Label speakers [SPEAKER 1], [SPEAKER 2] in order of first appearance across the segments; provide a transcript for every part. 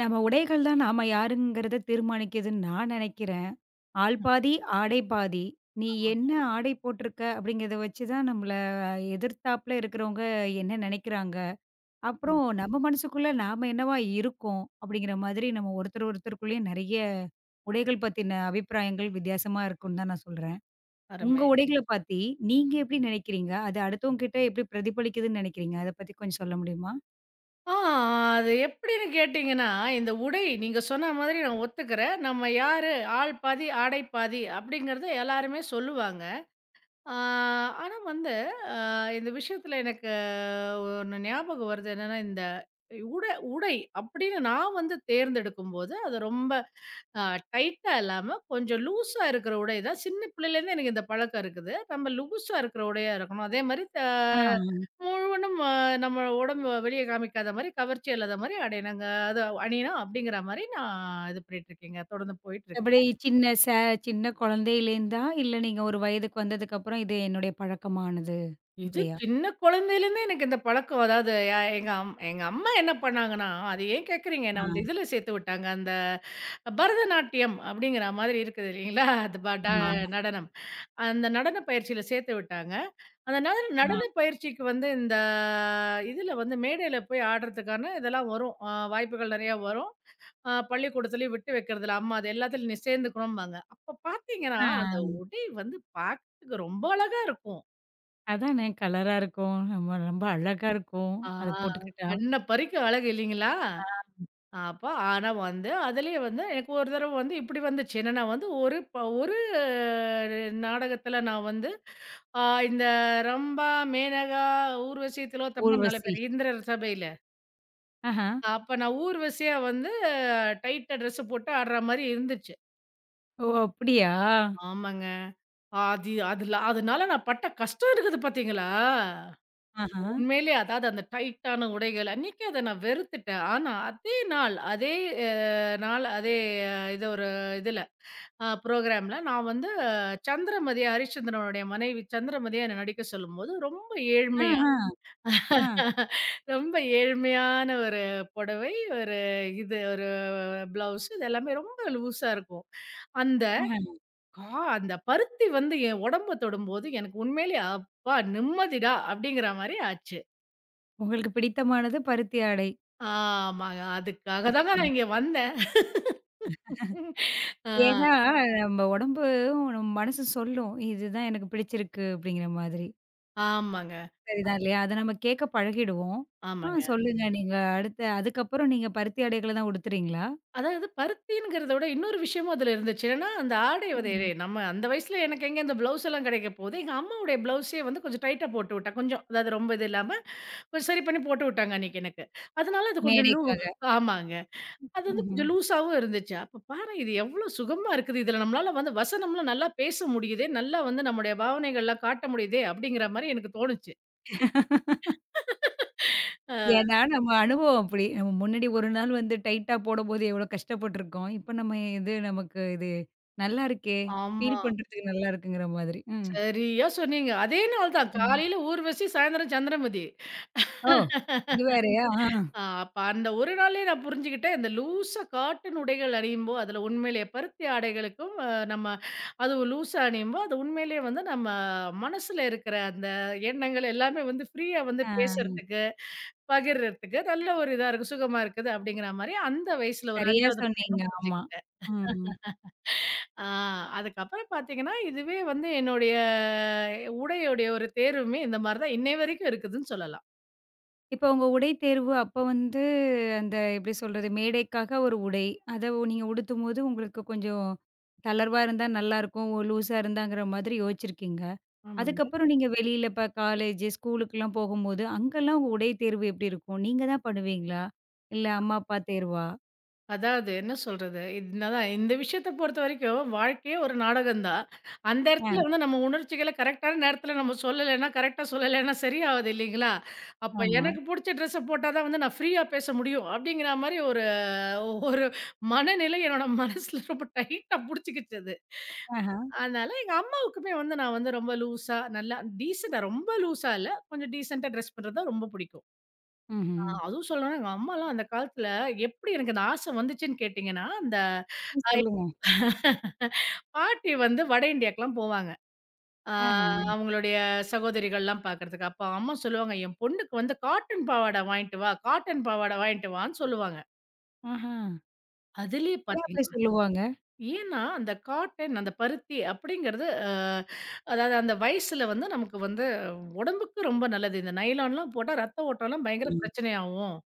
[SPEAKER 1] நம்ம உடைகள் தான் நாம யாருங்கிறத தீர்மானிக்குதுன்னு நான் நினைக்கிறேன். ஆள்
[SPEAKER 2] ம்,
[SPEAKER 1] பாதி, ஆடை பாதி. நீ என்ன ஆடை போட்டிருக்க அப்படிங்கிறத வச்சு தான் நம்மள எதிர்த்தாப்புல இருக்கிறவங்க என்ன நினைக்கிறாங்க?
[SPEAKER 2] ம்.
[SPEAKER 1] அப்புறம் நம்ம மனசுக்குள்ள நாம என்னவா இருக்கோம்? அப்படிங்கிற மாதிரி நம்ம ஒருத்தர் ஒருத்தருக்குள்ளயே நெறைய உடைகள் பத்தின அபிப்பிராயங்கள் வித்தியாசமா இருக்கும்னு தான் நான் சொல்றேன். உங்க
[SPEAKER 2] அருமை.
[SPEAKER 1] உடைகள பத்தி நீங்க எப்படி நினைக்கிறீங்க? அது அடுத்தவங்க கிட்ட எப்படி பிரதிபலிக்குதுன்னு நினைக்கிறீங்க? அத பத்தி கொஞ்சம் சொல்ல முடியுமா?
[SPEAKER 2] ஆ அது எப்படின்னு கேட்டீங்கன்னா, இந்த உடை நீங்க சொன்ன மாதிரி நான் ஒத்துக்கிறேன். நம்ம யாரு ஆள் பாதி, ஆடை பாதி அப்படிங்கிறத எல்லாருமே சொல்லுவாங்க. ஆ ஆனா வந்து அ இந்த விஷயத்துல எனக்கு ஒண்ணு ஞாபகம் வருது என்னன்னா, இந்த உடை உடை அப்படின்னு நான் வந்து தேர்ந்தெடுக்கும்போது, அது ரொம்ப ஆ டைட்டா இல்லாம கொஞ்சம் லூஸா இருக்கிற உடை தான். சின்ன பிள்ளையிலேருந்து எனக்கு இந்த பழக்கம் இருக்குது. நம்ம லூஸா இருக்கிற உடையா இருக்கணும். அதே மாரி
[SPEAKER 1] ஆ.
[SPEAKER 2] முழுவதும் நம்ம உடம்பு வெளிய காமிக்காத மாரி, கவர்ச்சி இல்லாத மாரி அடை நாங்க அது அணியணும் அப்படிங்கிற மாரி நான் இது பண்ணிட்டுருக்கேங்க. தொடர்ந்து போயிட்டுருக்கு.
[SPEAKER 1] எப்படி சின்ன ச சின்ன குழந்தையிலேருந்தா, இல்ல நீங்க ஒரு வயதுக்கு வந்ததுக்கப்புறம் இது என்னுடைய பழக்கமானது.
[SPEAKER 2] இது
[SPEAKER 1] அப்படியா?
[SPEAKER 2] சின்ன குழந்தையிலேருந்தே எனக்கு இந்த பழக்கம். அதாவது எங்க அம்மா என்ன பண்ணாங்கன்னா, அது ஏன் கேட்குறீங்க?
[SPEAKER 1] ஆ,
[SPEAKER 2] என்ன வந்து இதில சேர்த்து விட்டாங்க. அந்த பரதநாட்டியம் அப்படிங்கிற மாதிரி இருக்குது இல்லைங்களா? அது ப ட
[SPEAKER 1] ஆமா.
[SPEAKER 2] நடனம். அந்த நடன பயிற்சியில சேர்த்து விட்டாங்க. அதனால
[SPEAKER 1] ஆ.
[SPEAKER 2] நடன பயிற்சிக்கு வந்து இந்த இதுல வந்து மேடையில போய் ஆடுறதுக்கான இதெல்லாம் வரும். வாய்ப்புகள் நெறையா வரும். பள்ளிக்கூடத்துலயும் விட்டு வைக்கிறதில்ல. அம்மா அது எல்லாத்துலயும் நீ சேர்ந்துக்கணும்பாங்க. அப்ப பார்த்தீங்கன்னா, அந்த
[SPEAKER 1] ஆ.
[SPEAKER 2] உடை வந்து பார்க்கறதுக்கு ரொம்ப அழகா இருக்கும்.
[SPEAKER 1] அதானே கலரா இருக்கும். நம்ம ரொம்ப அழகா இருக்கும்.
[SPEAKER 2] ஆ
[SPEAKER 1] அத போட்டுக்கிட்டா.
[SPEAKER 2] கண்ண பறிக்கும் அழகு இல்லீங்களா?
[SPEAKER 1] ஆ.
[SPEAKER 2] அப்ப ஆனா வந்து அதிலயே வந்து எனக்கு ஒரு தடவ வந்து இப்படி வந்துச்சு. என்னன்னா வந்து ஒரு நாடகத்துல நான் வந்து ஆ இந்த ரம்பா, மேனகா, ஊர்வசி, திலோத்தமா 4
[SPEAKER 1] ஊர்வசி.
[SPEAKER 2] பேர் இந்திரர் சபையில.
[SPEAKER 1] ஆஹா.
[SPEAKER 2] அப்ப நான் ஊர்வசியா வந்து டைட்டா ட்ரெஸ் போட்டு ஆடுற மாரி இருந்துச்சு.
[SPEAKER 1] ஓ! அப்படியா?
[SPEAKER 2] ஆமாங்க. அது அதுல அதனால நான் பட்ட கஷ்டம் இருக்குது பார்த்தீங்களா?
[SPEAKER 1] ஆஹா.
[SPEAKER 2] உண்மையிலே அதாவது அந்த டைட்டான உடைகள் அன்னைக்கு அத நான் வெறுத்துட்டேன். ஆனா அதே நாள், அதே அ நாள் அதே இது ஒரு இதுல புரோகிராம்ல நான் வந்து சந்திரமதியா ஹரிச்சந்திரனுடைய மனைவி சந்திரமதியா என்ன நடிக்க சொல்லும்போது, ரொம்ப ஏழ்மையா
[SPEAKER 1] ஆஹா. ஆ.
[SPEAKER 2] ரொம்ப ஏழ்மையான ஒரு புடவை, ஒரு இது ஒரு பிளவுஸ் இது எல்லாமே ரொம்ப லூஸா இருக்கும். அந்த
[SPEAKER 1] ஆஹா.
[SPEAKER 2] கா அந்த பருத்தி வந்து என் உடம்ப தொடும்போது எனக்கு உண்மையிலேயே "அப்பா நிம்மதிடா!" அப்படிங்கிற மாரி ஆச்சு.
[SPEAKER 1] உங்களுக்கு பிடித்தமானது பருத்தி ஆடை.
[SPEAKER 2] ஆமாங்க. அதுக்காக தாங்க நான்
[SPEAKER 1] ம்.
[SPEAKER 2] இங்க வந்தேன். ஆ
[SPEAKER 1] ஏன்னா, நம்ம உடம்பும், நம்ம மனசு சொல்லும். இதுதான் எனக்கு பிடிச்சிருக்கு அப்படிங்கிற மாதிரி.
[SPEAKER 2] ஆமாங்க,
[SPEAKER 1] சரிதான் இல்லையா? அத நம்ம கேட்க பழகிடுவோம். ஆ
[SPEAKER 2] ஆமாங்க.
[SPEAKER 1] சொல்லுங்க நீங்க அடுத்த அதுக்கப்புறம் நீங்க பருத்தி ஆடைகள தான் உடுத்துறீங்களா?
[SPEAKER 2] அதாவது பருத்திங்கிறத விட இன்னொரு விஷயமும் அதுல இருந்துச்சு. என்னன்னா, அந்த ஆடை வந்து
[SPEAKER 1] ம்.
[SPEAKER 2] நம்ம அந்த வயசுல எனக்கு எங்க இந்த ப்ளவுஸ் எல்லாம் கிடைக்க போகுது. எங்க அம்மாவுடைய ப்ளவுஸே வந்து கொஞ்சம் டைட்டா போட்டு விட்டா. கொஞ்சம் அதாவது ரொம்ப இது இல்லாம, கொஞ்சம் சரி பண்ணி போட்டு விட்டாங்க அன்னைக்கு எனக்கு. அதனால அது கொஞ்சம்
[SPEAKER 1] மேடைக்காக.
[SPEAKER 2] ஆமாங்க. அது வந்து
[SPEAKER 1] ம்ஹ்ம்.
[SPEAKER 2] கொஞ்சம் லூஸாவும் இருந்துச்சு. அப்ப பாரேன் இது எவ்ளோ சுகமா இருக்குது. இதுல நம்மளால வந்து வசனம்லாம் நல்லா பேச முடியுதே! நல்லா வந்து நம்முடைய பாவனைகள்லாம் காட்ட முடியுதே! அப்படிங்கிற மாரி எனக்கு தோணுச்சு. அ
[SPEAKER 1] ஏன்னா நம்ம அனுபவம் அப்படி. நம்ம முன்னாடி ஒரு நாள் வந்து டைட்டா போடும்போது எவ்வளோ கஷ்டப்பட்டுருக்கோம். இப்ப நம்ம இது நமக்கு இது நல்லா இருக்கே!
[SPEAKER 2] ஆமா.
[SPEAKER 1] ஃபீல் பண்றதுக்கு நல்லா இருக்குங்கிற மாதிரி. ம்.
[SPEAKER 2] சரியா சொன்னீங்க. அதே நாள் தான்.
[SPEAKER 1] ம்.
[SPEAKER 2] காலையில ஊர்வசி, சாயந்தரம் சந்திரமதி.
[SPEAKER 1] ஓ! இது வேறையா? ஆ.
[SPEAKER 2] அப்ப அந்த ஒரு நாள்லயே நான் புரிஞ்சுக்கிட்டேன். இந்த லூசா காட்டன் உடைகள் அணியும்போ, அதுல உண்மையிலேயே பருத்தி ஆடைகளுக்கும் நம்ம அதுவும் லூசா அணியும்போ, அது உண்மையிலேயே வந்து நம்ம மனசுல இருக்கிற அந்த எண்ணங்கள் எல்லாமே வந்து ஃப்ரீயா வந்து
[SPEAKER 1] ஆ.
[SPEAKER 2] பேசுறதுக்கு, பகிர்றதுக்கு நல்ல ஒரு இதா இருக்கு. சுகமா இருக்குது அப்படிங்கிற மாரி அந்த வயசுல ஒரு
[SPEAKER 1] சரியா
[SPEAKER 2] 5வது
[SPEAKER 1] சொன்னீங்க.
[SPEAKER 2] படிக்கும்
[SPEAKER 1] ஆமா.
[SPEAKER 2] புரிஞ்சுக்கிட்டேன்.
[SPEAKER 1] ம்.
[SPEAKER 2] ஆ அதுக்கப்புறம் பார்த்தீங்கன்னா, இதுவே வந்து என்னுடைய உடையுடைய ஒரு தேர்வுமே இந்த மாரி தான் இன்னை வரைக்கும் இருக்குதுன்னு சொல்லலாம்.
[SPEAKER 1] இப்ப உங்க உடை தேர்வு அப்ப வந்து அந்த எப்படி சொல்றது? மேடைக்காக ஒரு உடை. அத நீங்க உடுத்தும்போது உங்களுக்கு கொஞ்சம் தளர்வா இருந்தா நல்லாருக்கும். லூஸா இருந்தாங்கிற மாதிரி யோசிச்சிருக்கீங்க.
[SPEAKER 2] ஆமாங்க.
[SPEAKER 1] அதுக்கப்புறம் நீங்க வெளியில இப்ப காலேஜ், ஸ்கூலுக்குலாம் போகும்போது, அங்கலாம் உங்க உடை தேர்வு எப்படி இருக்கும்? நீங்க தான் பண்ணுவீங்களா? இல்ல அம்மா, அப்பா தேர்வா?
[SPEAKER 2] அதாவது என்ன சொல்றது? என்னதான் இந்த விஷயத்த பொறுத்தவரைக்கும் வாழ்க்கையே ஒரு நாடகம் தான். அந்த
[SPEAKER 1] ஆ,
[SPEAKER 2] இடத்துல வந்து நம்ம உணர்ச்சிகள கரெக்ட்டான நேரத்துல நம்ம சொல்லலைன்னா, கரெக்ட்டா சொல்லலைன்னா சரியாவாது இல்லைங்களா? அப்ப
[SPEAKER 1] ஆமா.
[SPEAKER 2] எனக்கு புடிச்ச ட்ரெஸ்ஸ போட்டா தான் வந்து நான் ஃப்ரீயா பேச முடியும். அப்படிங்கிற மாரி ஒரு ஒரு மனநிலை என்னோட மனசுல ரொம்ப டைட்டா புடிச்சுக்கிச்சு அது.
[SPEAKER 1] ஆஹா.
[SPEAKER 2] அதனால எங்க அம்மாவுக்குமே வந்து நான் வந்து ரொம்ப லூஸா, நல்லா டீசென்ட்டா ரொம்ப லூஸா இல்ல. கொஞ்சம் டீசென்ட்டா ட்ரெஸ் பண்றது தான் ரொம்ப பிடிக்கும்.
[SPEAKER 1] ம்ஹ்ம்.
[SPEAKER 2] அதுவும் சொல்லணும்னா, எங்க அம்மாலாம் அந்த காலத்துல எப்படி எனக்கு அந்த ஆசை வந்துச்சுன்னு கேட்டீங்கன்னா, அந்த
[SPEAKER 1] சொல்லுங்க.
[SPEAKER 2] அஹ், பாட்டி வந்து வட இந்தியாக்குலாம் போவாங்க. ஆ
[SPEAKER 1] ஆஹா,
[SPEAKER 2] ம். அவங்களுடைய சகோதரிகள்லாம் பார்க்கறதுக்கு. அப்ப அம்மா சொல்லுவாங்க, "என் பொண்ணுக்கு வந்து காட்டன் பாவாடை வாங்கிட்டு வா, காட்டன் பாவாடை வாங்கிட்டு வான்னு" சொல்லுவாங்க.
[SPEAKER 1] ஆஹா.
[SPEAKER 2] அதுலயே
[SPEAKER 1] ஏன் அப்படி
[SPEAKER 2] பார்த்தீங்கன்னா
[SPEAKER 1] சொல்லுவாங்க?
[SPEAKER 2] ஏன்னா அந்த காட்டன், அந்த பருத்தி அப்படிங்கிறது அதாவது அந்த வயசுல வந்து நமக்கு வந்து உடம்புக்கு ரொம்ப நல்லது. இந்த நைலான்லாம் போட்டா ரத்த ஓட்டம்லாம் பயங்கர பிரச்சனையாகும்.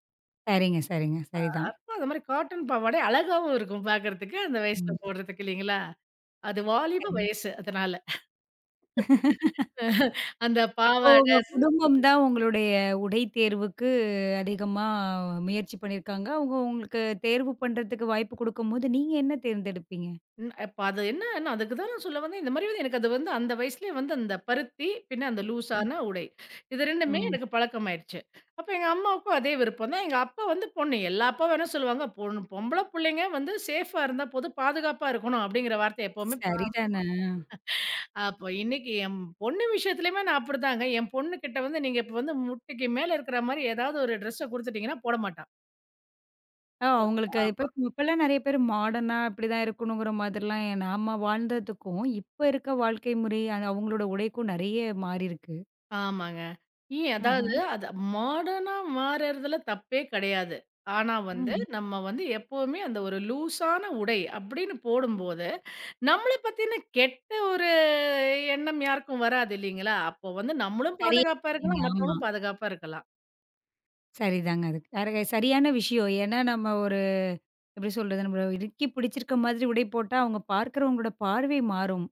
[SPEAKER 1] சரிங்க, சரிங்க. சரிதான்.
[SPEAKER 2] அந்த மாரி காட்டன் பாவாடை அழகாவும் இருக்கும் பார்க்கறதுக்கு, அந்த வயசுல
[SPEAKER 1] ம்.
[SPEAKER 2] போடுறதுக்கு இல்லைங்களா? அது வாலிப
[SPEAKER 1] சரி.
[SPEAKER 2] வயசு அதனால. அந்த
[SPEAKER 1] அப்போ உங்க
[SPEAKER 2] பாவாடை
[SPEAKER 1] குடும்பம் தான் உங்களுடைய உடை தேர்வுக்கு அதிகமா முயற்சி பண்ணியிருக்காங்க. அவங்க உங்களுக்கு தேர்வு பண்றதுக்கு வாய்ப்பு குடுக்கும்போது, நீங்க என்ன தேர்ந்தெடுப்பீங்க?
[SPEAKER 2] ம் அப்ப அது என்னன்னா அதுக்கு தான் நான் சொல்ல வந்தேன். இந்த மாரி வந்து எனக்கு அது வந்து அந்த வயசுலயே வந்து அந்த பருத்தி, பின்ன அந்த லூஸான உடை. இது 2மே
[SPEAKER 1] ம்.
[SPEAKER 2] எனக்கு பழக்கமாயிருச்சு. அப்ப எங்க அம்மாவுக்கும் அதே விருப்பம் தான். எங்க அப்பா வந்து பொண்ணு எல்லா அப்பாவும் என்ன சொல்லுவாங்க, பொண்ணு பொம்பள புள்ளைங்க வந்து சேஃபா இருந்தா போதும், பாதுகாப்பா இருக்கணும் அப்படிங்கிற வார்த்தை எப்பவுமே
[SPEAKER 1] சரிதானே.
[SPEAKER 2] அப்போ இன்னைக்கு என் பொண்ணு விஷயத்துலயுமே நான் அப்படிதாங்க. என் பொண்ணுகிட்ட வந்து நீங்க இப்ப வந்து முட்டிக்கு மேல இருக்கிற மாரி ஏதாவது ஒரு ட்ரெஸ்ஸ குடுத்துட்டீங்கன்னா போட மாட்டா.
[SPEAKER 1] அவங்களுக்கு இப்ப
[SPEAKER 2] ஆ.
[SPEAKER 1] இப்பலாம் நெறைய பேர் மாடர்னா இப்படிதான் இருக்கணுங்கிற மாதிரிலாம் நாம வாழ்ந்ததுக்கும், இப்ப இருக்க வாழ்க்கை முறை அது அவங்களோட உடைக்கும் நெறைய மாறியிருக்கு.
[SPEAKER 2] ஆமாங்க.
[SPEAKER 1] ஆஹா.
[SPEAKER 2] அதாவது அது மாடர்னா மாறுறதுல தப்பே கிடையாது. ஆனா வந்து
[SPEAKER 1] ம்.
[SPEAKER 2] நம்ம வந்து எப்பவுமே அந்த ஒரு லூஸான உடை அப்படின்னு போடும்போது, நம்மள பத்தின கெட்ட ஒரு எண்ணம் யாருக்கும் வராது இல்லீங்களா? அப்போ வந்து நம்மளும்
[SPEAKER 1] சரியா
[SPEAKER 2] பாதுகாப்பா இருக்கலாம்,
[SPEAKER 1] சொன்னீங்க. ஆமா.
[SPEAKER 2] மத்தவங்களும் பாதுகாப்பா இருக்கலாம்.
[SPEAKER 1] சரிதாங்க அது. சரியான விஷயம். ஏன்னா நம்ம ஒரு எப்படி சொல்றது? நம்மள இறுக்கி பிடிச்சிருக்க மாதிரி உடை போட்டா, அவங்க பார்க்கிறவங்களோட பார்வை மாறும்.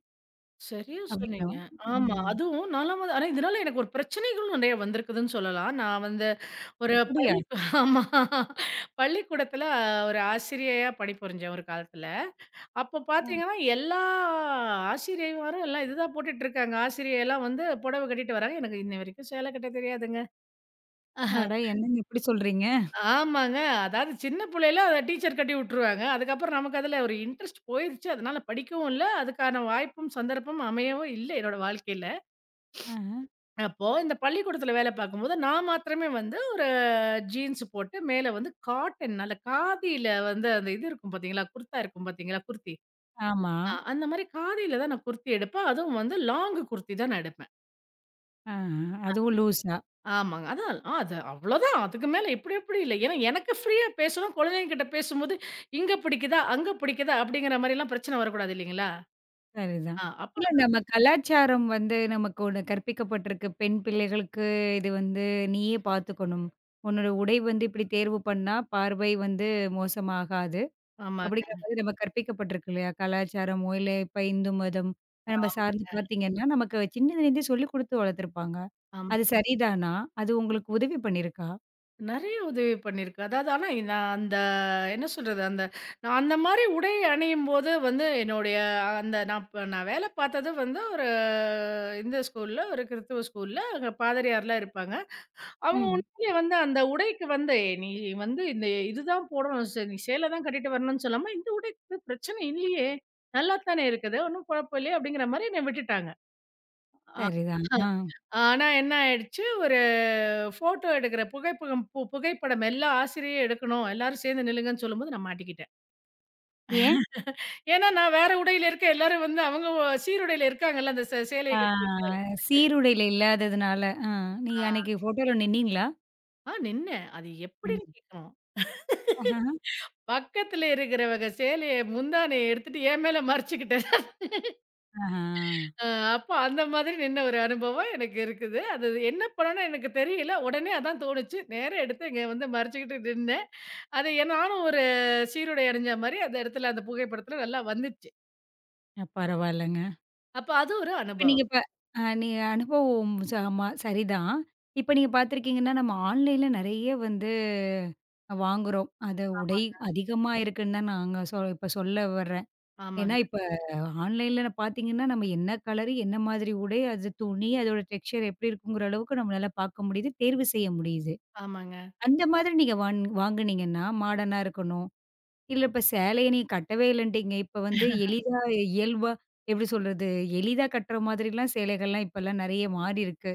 [SPEAKER 2] சரியா
[SPEAKER 1] அப்படின்னா,
[SPEAKER 2] சொன்னீங்க. ஆமா.
[SPEAKER 1] ம்.
[SPEAKER 2] அதுவும் நான்லாம் வந்து ஆனா இதனால எனக்கு ஒரு பிரச்சனைகளும் நெறைய வந்திருக்குதுன்னு சொல்லலாம். நான் வந்து ஒரு
[SPEAKER 1] அப்படியா?
[SPEAKER 2] பள்ளி ஆமா. பள்ளிக்கூடத்தில ஒரு ஆசிரியையா பணிபுரிஞ்சேன் ஒரு காலத்தில. அப்போ பார்த்தீங்கன்னா, எல்லா ஆசிரியைமாரும் எல்லாம் இதுதான் போட்டுட்டுருக்காங்க. ஆசிரியைலாம் வந்து புடவ கட்டிட்டு வராங்க. எனக்கு இன்ன வரைக்கும் சேலை கட்ட தெரியாதுங்க. அஹ,
[SPEAKER 1] அட என்னங்க இப்படி சொல்றீங்க?
[SPEAKER 2] ஆமாங்க. அதாவது சின்ன பிள்ளையில அத டீச்சர் கட்டி விட்டுருவாங்க. அதுக்கப்புறம் நமக்கு அதில ஒரு இன்ட்ரெஸ்ட் போயிருச்சு. அதனால படிக்கவும் இல்ல. அதுக்கான வாய்ப்பும், சந்தர்ப்பமும் அமையவும் இல்ல என்னோட வாழ்க்கையில.
[SPEAKER 1] ஆஹ.
[SPEAKER 2] அப்போ இந்த பள்ளிக்கூடத்துல வேலை பார்க்கும்போது, நான் மாத்திரமே வந்து ஒரு ஜீன்ஸ் போட்டு, மேல வந்து காட்டன் நல்ல காதியில வந்து அந்த இது இருக்கும் பார்த்தீங்களா? குர்தா இருக்கும் பார்த்தீங்களா? குர்த்தி.
[SPEAKER 1] ஆமா.
[SPEAKER 2] ஆ. அந்த மாரி காதியில தான் நான் குர்த்தி எடுப்பேன். அதுவும் வந்து லாங் குர்த்தி தான் நான் எடுப்பேன்.
[SPEAKER 1] ஆஹ. அதுவும் லூஸா.
[SPEAKER 2] ஆமாங்க. அதான் ஆ, அது அவ்வளோதான். அதுக்கு மேல இப்படி இப்படி இல்ல. ஏன்னா எனக்கு ஃப்ரீயா பேசணும். குழந்தைங்ககிட்ட பேசும்போது, இங்க பிடிக்குதா? அங்க பிடிக்குதா? அப்படிங்கிற மாரிலாம் பிரச்சனை வரக்கூடாது இல்லைங்களா?
[SPEAKER 1] சரிதான்.
[SPEAKER 2] அப்ப
[SPEAKER 1] இல்ல நம்ம கலாச்சாரம் வந்து நமக்கு ஒண்ணு கற்பிக்கப்பட்டிருக்கு. பெண் பிள்ளைகளுக்கு இது வந்து நீயே பார்த்துக்கணும். உன்னோட உடை வந்து இப்படி தேர்வு பண்ணா பார்வை வந்து மோசமாகாது. அப்படிங்கிற
[SPEAKER 2] ஆமாங்க.
[SPEAKER 1] மாதிரி நம்ம கற்பிக்கப்பட்டிருக்கு இல்லையா? கலாச்சாரமோ, இல்ல இப்ப இந்து மதம் நம்ம
[SPEAKER 2] ஆமா.
[SPEAKER 1] சார்ந்து பார்த்தீங்கன்னா, நமக்கு சின்னதுலேருந்தே சொல்லிக் குடுத்து வளர்த்துருப்பாங்க.
[SPEAKER 2] ஆமா.
[SPEAKER 1] அது சரிதானா? அது உங்களுக்கு உதவி பண்ணியிருக்கா?
[SPEAKER 2] நெறைய உதவி பண்ணியிருக்கு. அதாவது ஆனா நான் அந்த என்ன சொல்றது? அந்த அந்த மாரி உடை அணியும்போது வந்து என்னுடைய அந்த நான் வேலை பார்த்தது வந்து ஒரு இந்த ஸ்கூல்ல, ஒரு கிறிஸ்துவ ஸ்கூல்ல அங்க பாதிரியார்லாம் இருப்பாங்க. அவங்க
[SPEAKER 1] ம்.
[SPEAKER 2] உண்மையிலேயே வந்து அந்த உடைக்கு வந்து "ஏய், "நீ வந்து இந்த இதுதான் போடணும். நீ சேலை தான் கட்டிட்டு வரணும்னு சொல்லாம, இந்த உடைக்கு பிரச்சனை இல்லையே! நல்லா தானே இருக்குது. ஒண்ணும் குழப்பம் இல்லையே!" அப்படிங்கிற மாரி என்ன விட்டுட்டாங்க.
[SPEAKER 1] சரிதான். ஆ.
[SPEAKER 2] ஆனா என்ன ஆயிடுச்சு, ஒரு ஃபோட்டோ எடுக்கிற புகைப்பகம் பு புகைப்படம் எல்லா ஆசிரியரும் எடுக்கணும். எல்லாரும் சேர்ந்து நில்லுங்கன்னு சொல்லும்போது நான் மாட்டிக்கிட்டேன்.
[SPEAKER 1] ஏன்?
[SPEAKER 2] ஏன்னா நான் வேற உடையில இருக்கேன். எல்லாரும் வந்து அவங்க சீருடையில இருக்காங்கல்ல, அந்த சேலைய
[SPEAKER 1] ஆ
[SPEAKER 2] கட்டிக்கிட்டு.
[SPEAKER 1] சீருடையில இல்லாததுனால. ஆ நீங்க அன்னைக்கு ஃபோட்டோல நின்னீங்களா?
[SPEAKER 2] நின்னேன். அது
[SPEAKER 1] ம்.
[SPEAKER 2] எப்படின்னு கேட்கணும்.
[SPEAKER 1] ஆஹா.
[SPEAKER 2] பக்கத்துல இருக்கிறவங்க சேலைய முந்தானைய எடுத்துட்டு என் மேல மறைச்சுக்கிட்டேன்.
[SPEAKER 1] ஆஹா.
[SPEAKER 2] அ அப்போ அந்த மாதிரி நின்ன ஒரு அனுபவம் எனக்கு இருக்குது. அது என்ன பண்ணணும்னு எனக்கு தெரியல. உடனே அதான் தோணுச்சு. நேரா எடுத்து இங்க வந்து மறைச்சுக்கிட்டு நின்னேன். அது நானும் ஒரு சீருடை அணிஞ்ச மாரி அந்த இடத்துல அந்த புகைப்படத்துல நல்லா வந்துச்சு.
[SPEAKER 1] பரவாயில்லங்க.
[SPEAKER 2] அப்ப அது ஒரு
[SPEAKER 1] இப்ப நீங்க
[SPEAKER 2] அனுபவம்.
[SPEAKER 1] இப்ப. நீங்க அனுபவம். ஆமா, சரிதான். இப்ப நீங்க பார்த்துருக்கீங்கன்னா, நம்ம ஆன்லைன்ல நெறைய வந்து வாங்குறோம். அது உடை அதிகமா இருக்குன்னு தான் நாங்க இப்ப சொல்ல வர்றேன். ஏன்னா,
[SPEAKER 2] ஆமாங்க,
[SPEAKER 1] இப்ப ஆன்லைன்ல பார்த்தீங்கன்னா, நம்ம என்ன கலரு, என்ன மாதிரி உடை, அது துணி, அதோட டெக்ஸ்சர் எப்படி இருக்குங்கிற அளவுக்கு நம்மளால பார்க்க முடியுது. தேர்வு செய்ய முடியுது.
[SPEAKER 2] ஆமாங்க.
[SPEAKER 1] அந்த மாதிரி நீங்க வாங்குனீங்கன்னா, மாடர்னா இருக்கணும். இல்ல இப்ப சேலைய நீங்க கட்டவே இல்லன்ட்டீங்க. இப்ப வந்து எளிதா இயல்பா எப்படி சொல்றது? எளிதா கட்டுற மாதிரிலாம் சேலைகள்லாம் இப்பலாம் நெறைய மாறி இருக்கு.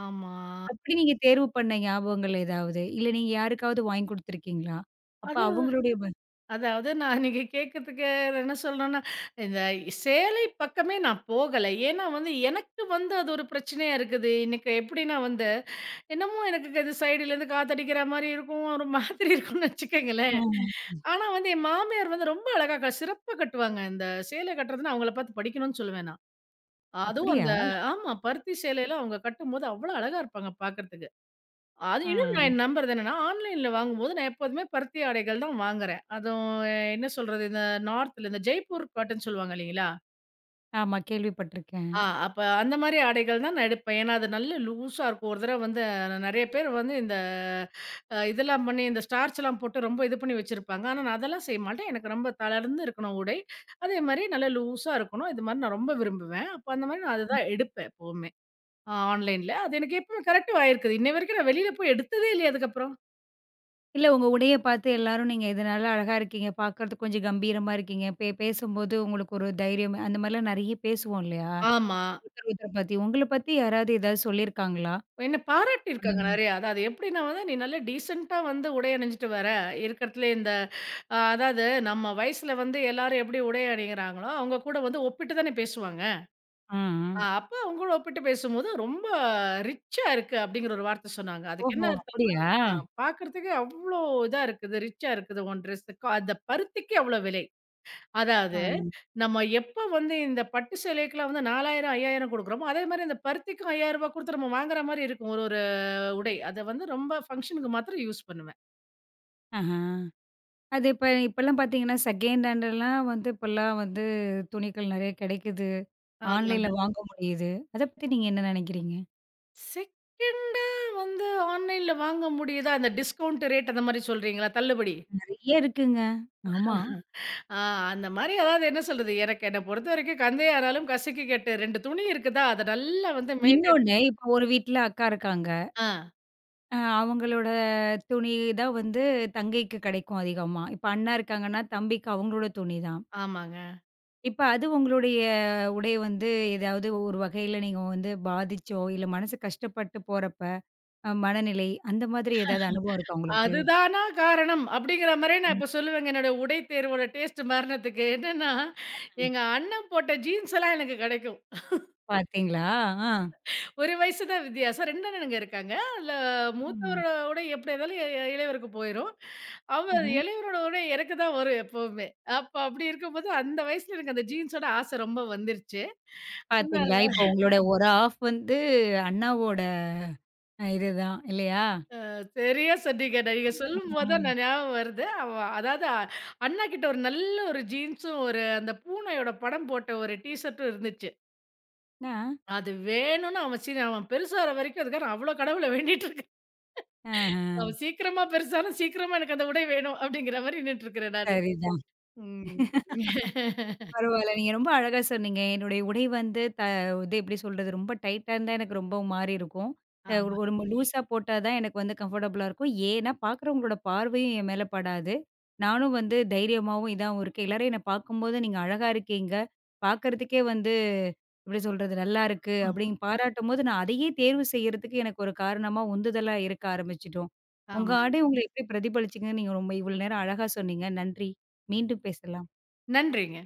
[SPEAKER 2] ஆமா.
[SPEAKER 1] அப்படி நீங்க தேர்வு பண்ண ஞாபகங்கள் ஏதாவது? இல்ல நீங்க யாருக்காவது வாங்கி குடுத்துருக்கீங்களா? அப்ப
[SPEAKER 2] அது
[SPEAKER 1] அவங்களுடைய ப
[SPEAKER 2] அதாவது நான் அன்னைக்கு கேட்கறதுக்கு என்ன சொல்றேன்னா, இந்த சேலை பக்கமே நான் போகல. ஏன்னா வந்து எனக்கு வந்து அது ஒரு பிரச்சனையா இருக்குது. இன்னைக்கு எப்படின்னா வந்து, என்னமோ எனக்கு இது சைடுலேருந்து காத்தடிக்கிற மாரி இருக்கும். ஒரு மாதிரி இருக்கும்னு வச்சுக்கங்களேன்.
[SPEAKER 1] அ.
[SPEAKER 2] ஆனா வந்து என் மாமியார் வந்து ரொம்ப அழகா சிறப்பா கட்டுவாங்க. இந்த சேலை கட்டுறதுன்னா அவங்கள பார்த்து படிக்கணும்னு சொல்லுவேன் நான். அதுவும்
[SPEAKER 1] அப்படியா?
[SPEAKER 2] அந்த ஆமா. பருத்தி சேலையில அவங்க கட்டும்போது அவ்வளோ அழகா இருப்பாங்க பார்க்கறதுக்கு. அது
[SPEAKER 1] ஆ.
[SPEAKER 2] இன்னும் நான் நம்புறது என்னன்னா, ஆன்லைன்ல வாங்கும்போது நான் எப்போதுமே பருத்தி ஆடைகள் தான் வாங்குறேன். அதுவும் என்ன சொல்றது, இந்த நார்த்ல இந்த ஜெய்ப்பூர் காட்டன் சொல்லுவாங்க இல்லைங்களா?
[SPEAKER 1] ஆமா கேள்விப்பட்டுருக்கேன்.
[SPEAKER 2] அப்ப அந்த மாரி ஆடைகள் தான் நான் எடுப்பேன். ஏன்னா, அது நல்ல லூஸா இருக்கும். ஒரு தடவ வந்து நெறைய பேர் வந்து இந்த இதெல்லாம் பண்ணி இந்த ஸ்டார்ச்லாம் போட்டு ரொம்ப இது பண்ணி வச்சிருப்பாங்க. ஆனா நான் அதெல்லாம் செய்ய மாட்டேன். எனக்கு ரொம்ப தளர்ந்து இருக்கணும் உடை. அதே மாரி நல்லா லூஸா இருக்கணும். இது மாரி நான் ரொம்ப விரும்புவேன். அப்ப அந்த மாரி நான் அதுதான் எடுப்பேன் எப்பவுமே. ஆன்லைன்ல. அது எனக்கு எப்பவுமே கரெக்ட்டும் ஆயிருக்குது. இன்னை வரைக்கும் நான் வெளியில போய் எடுத்ததே இல்லையே அதுக்கப்புறம்.
[SPEAKER 1] இல்ல உங்க உடைய பார்த்து எல்லாரும் நீங்க இதனால அழகா இருக்கீங்க, பார்க்கறதுக்கு கொஞ்சம் கம்பீரமா இருக்கீங்க, பேசும்போது உங்களுக்கு ஒரு தைரியம் அந்த மாரிலாம் நெறைய பேசுவோம் இல்லையா?
[SPEAKER 2] ஆமா.
[SPEAKER 1] ஒருத்தர் ஒருத்தர பத்தி. உங்கள பத்தி யாராவது ஏதாவது சொல்லியிருக்காங்களா?
[SPEAKER 2] என்ன
[SPEAKER 1] அந்த
[SPEAKER 2] பாராட்டியிருக்காங்க
[SPEAKER 1] மா
[SPEAKER 2] நெறையா. அதாவது எப்படின்னா வந்து, "நீ நல்லா டீசென்ட்டா வந்து உடை அணிஞ்சுட்டு வர. இருக்கிறதுலயே இந்த" அதாவது நம்ம வயசுல வந்து எல்லாரும் எப்படி உடை அணியிறாங்களோ, அவங்க கூட வந்து ஒப்பிட்டு தானே பேசுவாங்க.
[SPEAKER 1] ஆ, ஆ.
[SPEAKER 2] அப்ப அவங்களோட ஒப்பிட்டு பேசும்போது, "ரொம்ப ரிச்சா இருக்கு" அப்படிங்கிற ஒரு வார்த்தை சொன்னாங்க. அதுக்கு
[SPEAKER 1] ஓஹோ!
[SPEAKER 2] என்ன
[SPEAKER 1] அப்படியா?
[SPEAKER 2] அர்த்தம்ன்னா, "பார்க்கறதுக்கு அவ்ளோ இதா இருக்குது, ரிச்சா இருக்குது உன் ட்ரெஸ்ஸு. அந்த பருத்திக்கு அவ்ளோ விலை." அதாவது,
[SPEAKER 1] ஆ.
[SPEAKER 2] நம்ம எப்ப வந்து இந்த பட்டு சேலைக்குலாம் வந்து 4000, 5000 குடுக்குறோமோ, அதே மாரி இந்த பருத்திக்கும் ரூ. 5000 குடுத்து நம்ம வாங்குற மாரி இருக்கும். ஒரு ஒரு உடை. அத வந்து ரொம்ப ஃபங்ஷனுக்கு மாத்திரம் யூஸ் பண்ணுவேன்.
[SPEAKER 1] ஆஹா. அது இப்ப இப்பலாம் பார்த்தீங்கன்னா, செகண்ட் ஹேண்டெல்லாம் வந்து இப்பலாம் வந்து துணிகள் நெறைய கிடைக்குது.
[SPEAKER 2] ஆமாங்க.
[SPEAKER 1] ஆன்லைன்ல வாங்க முடியுது. அத பத்தி நீங்க என்ன நெனைக்கிறீங்க?
[SPEAKER 2] செகண்டா வந்து ஆன்லைன்ல வாங்க முடியுதா? அந்த டிஸ்கவுண்ட் ரேட் அந்த மாரி சொல்றீங்களா? தள்ளுபடி.
[SPEAKER 1] நெறைய இருக்குங்க. ஆமா.
[SPEAKER 2] ஆ அந்த மாரி அதாவது என்ன சொல்றது? எனக்கு என்ன பொறுத்த வரைக்கும் கந்தை ஆனாலும் கசக்கி கெட்டு 2 துணி இருக்குதா? அத நல்லா வந்து மெயின்டெயின்
[SPEAKER 1] இன்னொன்னு, இப்ப ஒரு வீட்ல அக்கா இருக்காங்க.
[SPEAKER 2] ஆ.
[SPEAKER 1] அவங்களோட துணி தான் வந்து தங்கைக்கு கிடைக்கும் அதிகமா. இப்ப அண்ணா இருக்காங்கன்னா, தம்பிக்கு அவங்களோட துணி தான்.
[SPEAKER 2] ஆமாங்க.
[SPEAKER 1] இப்ப அது உங்களுடைய உடை வந்து ஏதாவது ஒரு வகையில நீங்க வந்து பாதிச்சோ, இல்ல மனசு கஷ்டப்பட்டு போறப்ப, மனநிலை அந்த மாதிரி ஏதாவது அனுபவம் இருக்கா உங்களுக்கு?
[SPEAKER 2] அதுதானா காரணம் அப்படிங்கிற மாரியே நான்
[SPEAKER 1] ம்.
[SPEAKER 2] இப்ப சொல்லுவேங்க. என்னோட உடை தேர்வோட டேஸ்ட் மரணத்துக்கு. என்னன்னா, எங்க அண்ணன் போட்ட ஜீன்ஸ் எல்லாம் எனக்கு கிடைக்கும்.
[SPEAKER 1] பார்த்தீங்களா? ஆ.
[SPEAKER 2] 1 வயசு தான் வித்தியாசம். 2 அண்ணனுங்க இருக்காங்க. அதுல
[SPEAKER 1] ம்.
[SPEAKER 2] மூத்தவரோட உடை எப்படி இருந்தாலும் இளையவருக்கு போயிரும். அவர்
[SPEAKER 1] ம்ஹ்ம்.
[SPEAKER 2] இளையவரோட உடை எனக்கு தான் வரும் எப்பவுமே. அப்ப அப்படி இருக்கும்போது அந்த வயசுல எனக்கு அந்த ஜீன்ஸோட ஆசை ரொம்ப வந்துருச்சு.
[SPEAKER 1] பார்த்தீங்களா? இப்ப உங்களோட ஒரு ஆஃப் வந்து அண்ணாவோட இதுதான் இல்லையா?
[SPEAKER 2] சரியா சொன்னீங்க. நான் நீங்க சொல்லும்போது தான்
[SPEAKER 1] ம்.
[SPEAKER 2] நான் ஞாபகம் வருது. அதாவது அண்ணா கிட்ட ஒரு நல்ல ஒரு ஜீன்ஸும், ஒரு அந்த பூனையோட படம் போட்ட ஒரு டீ ஷர்ட்டும் இருந்துச்சு.
[SPEAKER 1] ஆ.
[SPEAKER 2] அது வேணும்னு அவன் அவன் பெருசாகுற வரைக்கும் அதுக்காக அவ்ளோ கடவுள வேண்டிட்டு இருக்கேன்.
[SPEAKER 1] ஆஹ.
[SPEAKER 2] அவன் சீக்கிரமா பெருசானா, சீக்கிரமா எனக்கு அந்த உடை வேணும் அப்படிங்கிற மாரி நின்னுட்டு இருக்கிறேன் நானு.
[SPEAKER 1] சரிதான்.
[SPEAKER 2] ம்.
[SPEAKER 1] பரவால்ல. நீங்க ரொம்ப அழகா சொன்னீங்க. என்னுடைய உடை வந்து இது எப்படி சொல்றது, ரொம்ப டைட்டா இருந்தா எனக்கு ரொம்ப மாறி இருக்கும். ஒரு
[SPEAKER 2] ஆமா.
[SPEAKER 1] ரொம்ப லூஸா போட்டா தான் எனக்கு வந்து கம்ஃபர்டபுளா இருக்கும். ஏன்னா, பார்க்குறவங்களோட பார்வையும் என் மேல படாது. நானும் வந்து தைரியமாவும் இதாவும் இருக்கேன். எல்லாரும் என்ன பார்க்கும்போது, "நீங்க அழகா இருக்கீங்க. பார்க்கறதுக்கே வந்து எப்படி சொல்றது, நல்லா இருக்கு."
[SPEAKER 2] ம்.
[SPEAKER 1] அப்படின்னு பாராட்டும்போது, நான் அதையே தேர்வு செய்யறதுக்கு எனக்கு ஒரு காரணமா, உந்துதலா இருக்க ஆரம்பிச்சுட்டோம். உங்க
[SPEAKER 2] ஆமாங்க.
[SPEAKER 1] ஆடை உங்கள எப்படி பிரதிபலிச்சுங்கன்னு நீங்க ரொம்ப இவ்வளோ நேரம் அழகா சொன்னீங்க. நன்றி. மீண்டும் பேசலாம்.
[SPEAKER 2] நன்றிங்க.